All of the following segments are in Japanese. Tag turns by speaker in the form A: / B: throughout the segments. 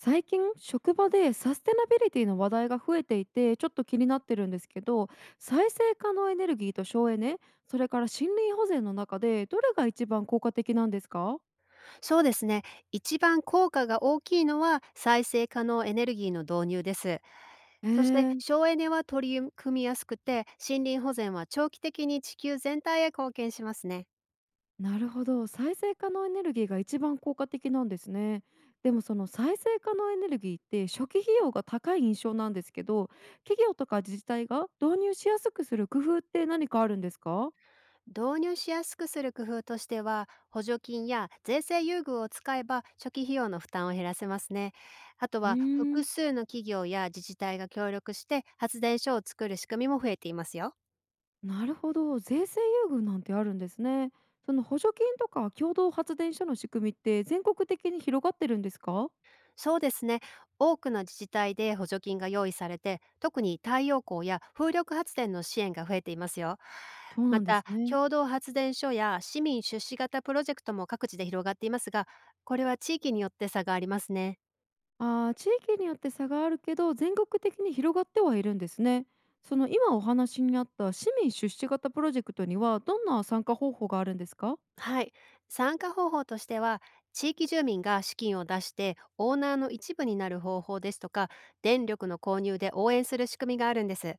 A: 最近職場でサステナビリティの話題が増えていて、ちょっと気になってるんですけど、再生可能エネルギーと省エネ、それから森林保全の中でどれが一番効果的なんですか？
B: そうですね。一番効果が大きいのは再生可能エネルギーの導入です。
A: え
B: そして
A: ー、
B: 省エネは取り組みやすくて森林保全は長期的に地球全体へ貢献しますね。
A: なるほど、再生可能エネルギーが一番効果的なんですね。でも、その再生可能エネルギーって初期費用が高い印象なんですけど、企業とか自治体が導入しやすくする工夫って何かあるんですか？
B: 導入しやすくする工夫としては補助金や税制優遇を使えば初期費用の負担を減らせますね。あと
A: うー
B: は複
A: ん、
B: 数の企業や自治体が協力して発電所を作る仕組みも増えていますよ。
A: なるほど、税制優遇なんてあるんですね。その補助金とか共同発電所の仕組みって全国的に広がってるんですか？
B: そうですね。多くの自治体で補助金が用意されて、特に太陽光や風力発電の支援が増えていますよ。
A: そう
B: ま
A: なんで
B: た、
A: すね。
B: 共同発電所や市民出資型プロジェクトも各地で広がっていますが、これは地域によって差がありますね。
A: ああ、地域によって差があるけど、全国的に広がってはいるんですね。その今お話にあった市民出資型プロジェクトにはどんな参加方法があるんですか？
B: はい。参加方法としては、地域住民が資金を出してオーナーの一部になる方法ですとか、電力の購入で応援する仕組みがあるんです。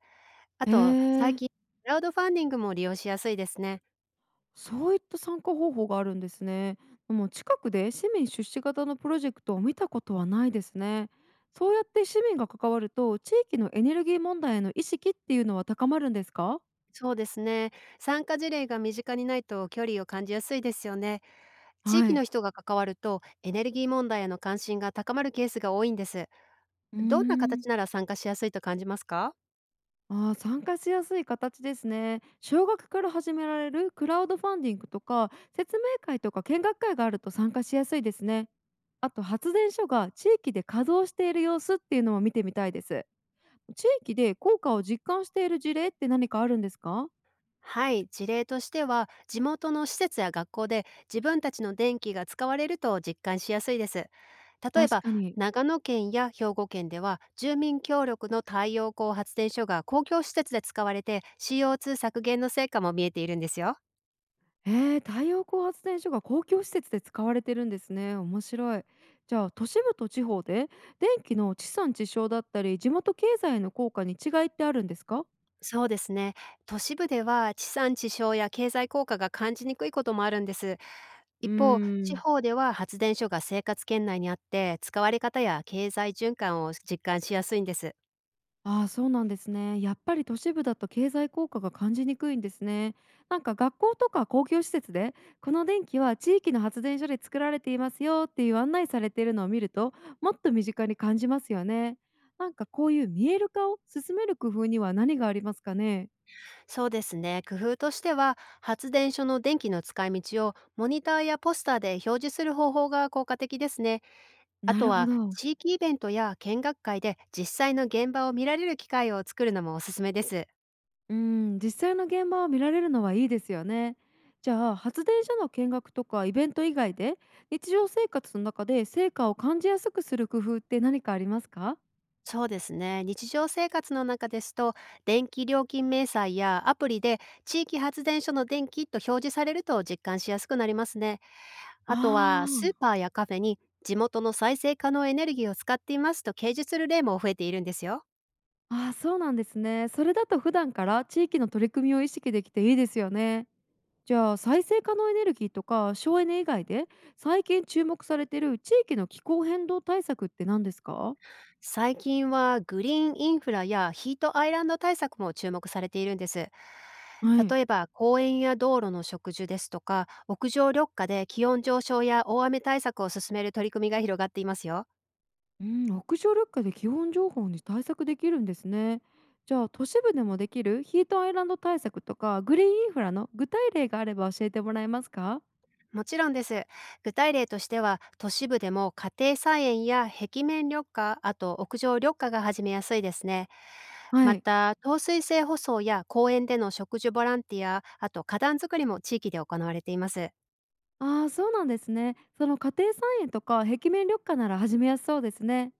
B: あ
A: へ
B: と、最
A: え、
B: 近、クラウドファンディングも利用しやすいですね。
A: そういった参加方法があるんですね。もう近くで市民出資型のプロジェクトを見たことはないですね。そうやって市民が関わると、地域のエネルギー問題への意識っていうのは高まるんですか？
B: そうですね。参加事例が身近にないと距離を感じやすいですよね。地域
A: はい。
B: の人が関わるとエネルギー問題への関心が高まるケースが多いんです。
A: うー
B: どんな
A: ん。
B: 形なら参加しやすいと感じますか？
A: あー、参加しやすい形ですね。小学から始められるクラウドファンディングとか説明会とか見学会があると参加しやすいですね。あと、発電所が地域で稼働している様子っていうのも見てみたいです。地域で効果を実感している事例って何かあるんですか？
B: はい、事例としては地元の施設や学校で自分たちの電気が使われると実感しやすいです。例え
A: 確
B: ば
A: かに。
B: 長野県や兵庫県では住民協力の太陽光発電所が公共施設で使われて CO2 削減の成果も見えているんですよ。
A: えー、太陽光発電所が公共施設で使われてるんですね。面白い。じゃあ、都市部と地方で電気の地産地消だったり地元経済の効果に違いってあるんですか？
B: そうですね。都市部では地産地消や経済効果が感じにくいこともあるんです。
A: うー
B: 一方、地
A: ん。
B: 方では発電所が生活圏内にあって、使われ方や経済循環を実感しやすいんです。
A: ああ、そうなんですね。やっぱり都市部だと経済効果が感じにくいんですね。なんか学校とか公共施設で、この電気は地域の発電所で作られていますよっていう案内されているのを見ると、もっと身近に感じますよね。なんかこういう見える化を進める工夫には何がありますかね。
B: そうですね。工夫としては、発電所の電気の使い道をモニターやポスターで表示する方法が効果的ですね。あ
A: な
B: と
A: るほ
B: は
A: ど。
B: 地域イベントや見学会で実際の現場を見られる機会を作るのもおすすめです。
A: うん、実際の現場を見られるのはいいですよね。じゃあ、発電所の見学とかイベント以外で、日常生活の中で成果を感じやすくする工夫って何かありますか？
B: そうですね。日常生活の中ですと、電気料金明細やアプリで地域発電所の電気と表示されると実感しやすくなりますね。あとは
A: あ
B: スーパーやカフェに地元の再生可能エネルギーを使っていますと掲示する例も増えているんですよ。
A: あ、ああ、そうなんですね。それだと普段から地域の取り組みを意識できていいですよね。じゃあ、再生可能エネルギーとか省エネ以外で、最近注目されている地域の気候変動対策って何ですか？
B: 最近はグリーンインフラやヒートアイランド対策も注目されているんです。
A: はい。
B: 例えば公園や道路の植樹ですとか屋上緑化で気温上昇や大雨対策を進める取り組みが広がっていますよ。
A: うん、屋上緑化で基本情報に対策できるんですね。じゃあ、都市部でもできるヒートアイランド対策とかグリーンインフラの具体例があれば教えてもらえますか？
B: もちろんです。具体例としては都市部でも家庭菜園や壁面緑化、あと屋上緑化が始めやすいですね。
A: は
B: ま
A: い。
B: た糖水性舗装や公園での植樹ボランティア、あと花壇作りも地域で行われています。
A: ああ、そうなんですね。その家庭菜園とか壁面緑化なら始めやすそうですね。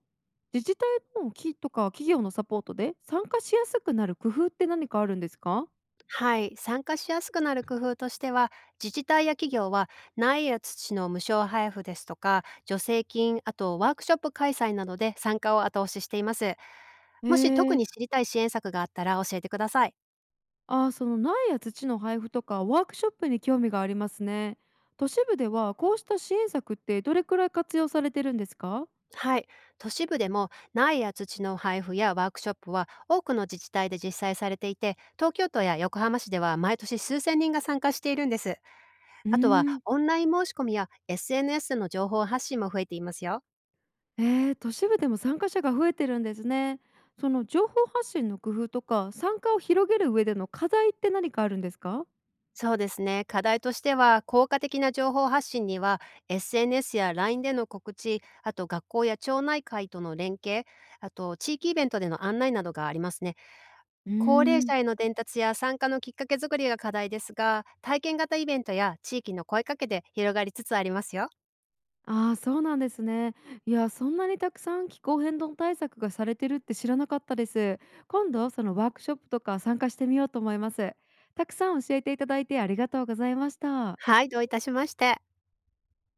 A: 自治体の機とか企業のサポートで参加しやすくなる工夫って何かあるんですか？
B: はい、参加しやすくなる工夫としては、自治体や企業は苗や土の無償配布ですとか助成金、あとワークショップ開催などで参加を後押ししています。
A: え
B: もし特
A: ー、
B: に知りたい支援策があったら教えてください。
A: ああー、その苗や土の配布とかワークショップに興味がありますね。都市部ではこうした支援策ってどれくらい活用されてるんですか？
B: はい。都市部でも苗や土の配布やワークショップは多くの自治体で実際されていて、東京都や横浜市では毎年数千人が参加しているんです。
A: うー
B: あとは
A: ん。
B: オンライン申し込みや SNS の情報発信も増えていますよ。
A: えー、都市部でも参加者が増えてるんですね。その情報発信の工夫とか参加を広げる上での課題って何かあるんですか？
B: そうですね。課題としては、効果的な情報発信には、SNS や LINE での告知、あと学校や町内会との連携、あと地域イベントでの案内などがありますね。
A: うー
B: 高齢
A: ん。
B: 者への伝達や参加のきっかけ作りが課題ですが、体験型イベントや地域の声かけで広がりつつありますよ。
A: ああ、そうなんですね。いや、そんなにたくさん気候変動対策がされてるって知らなかったです。今度、そのワークショップとか参加してみようと思います。たくさん教えていただいてありがとうございました。
B: はい、どういたしまして。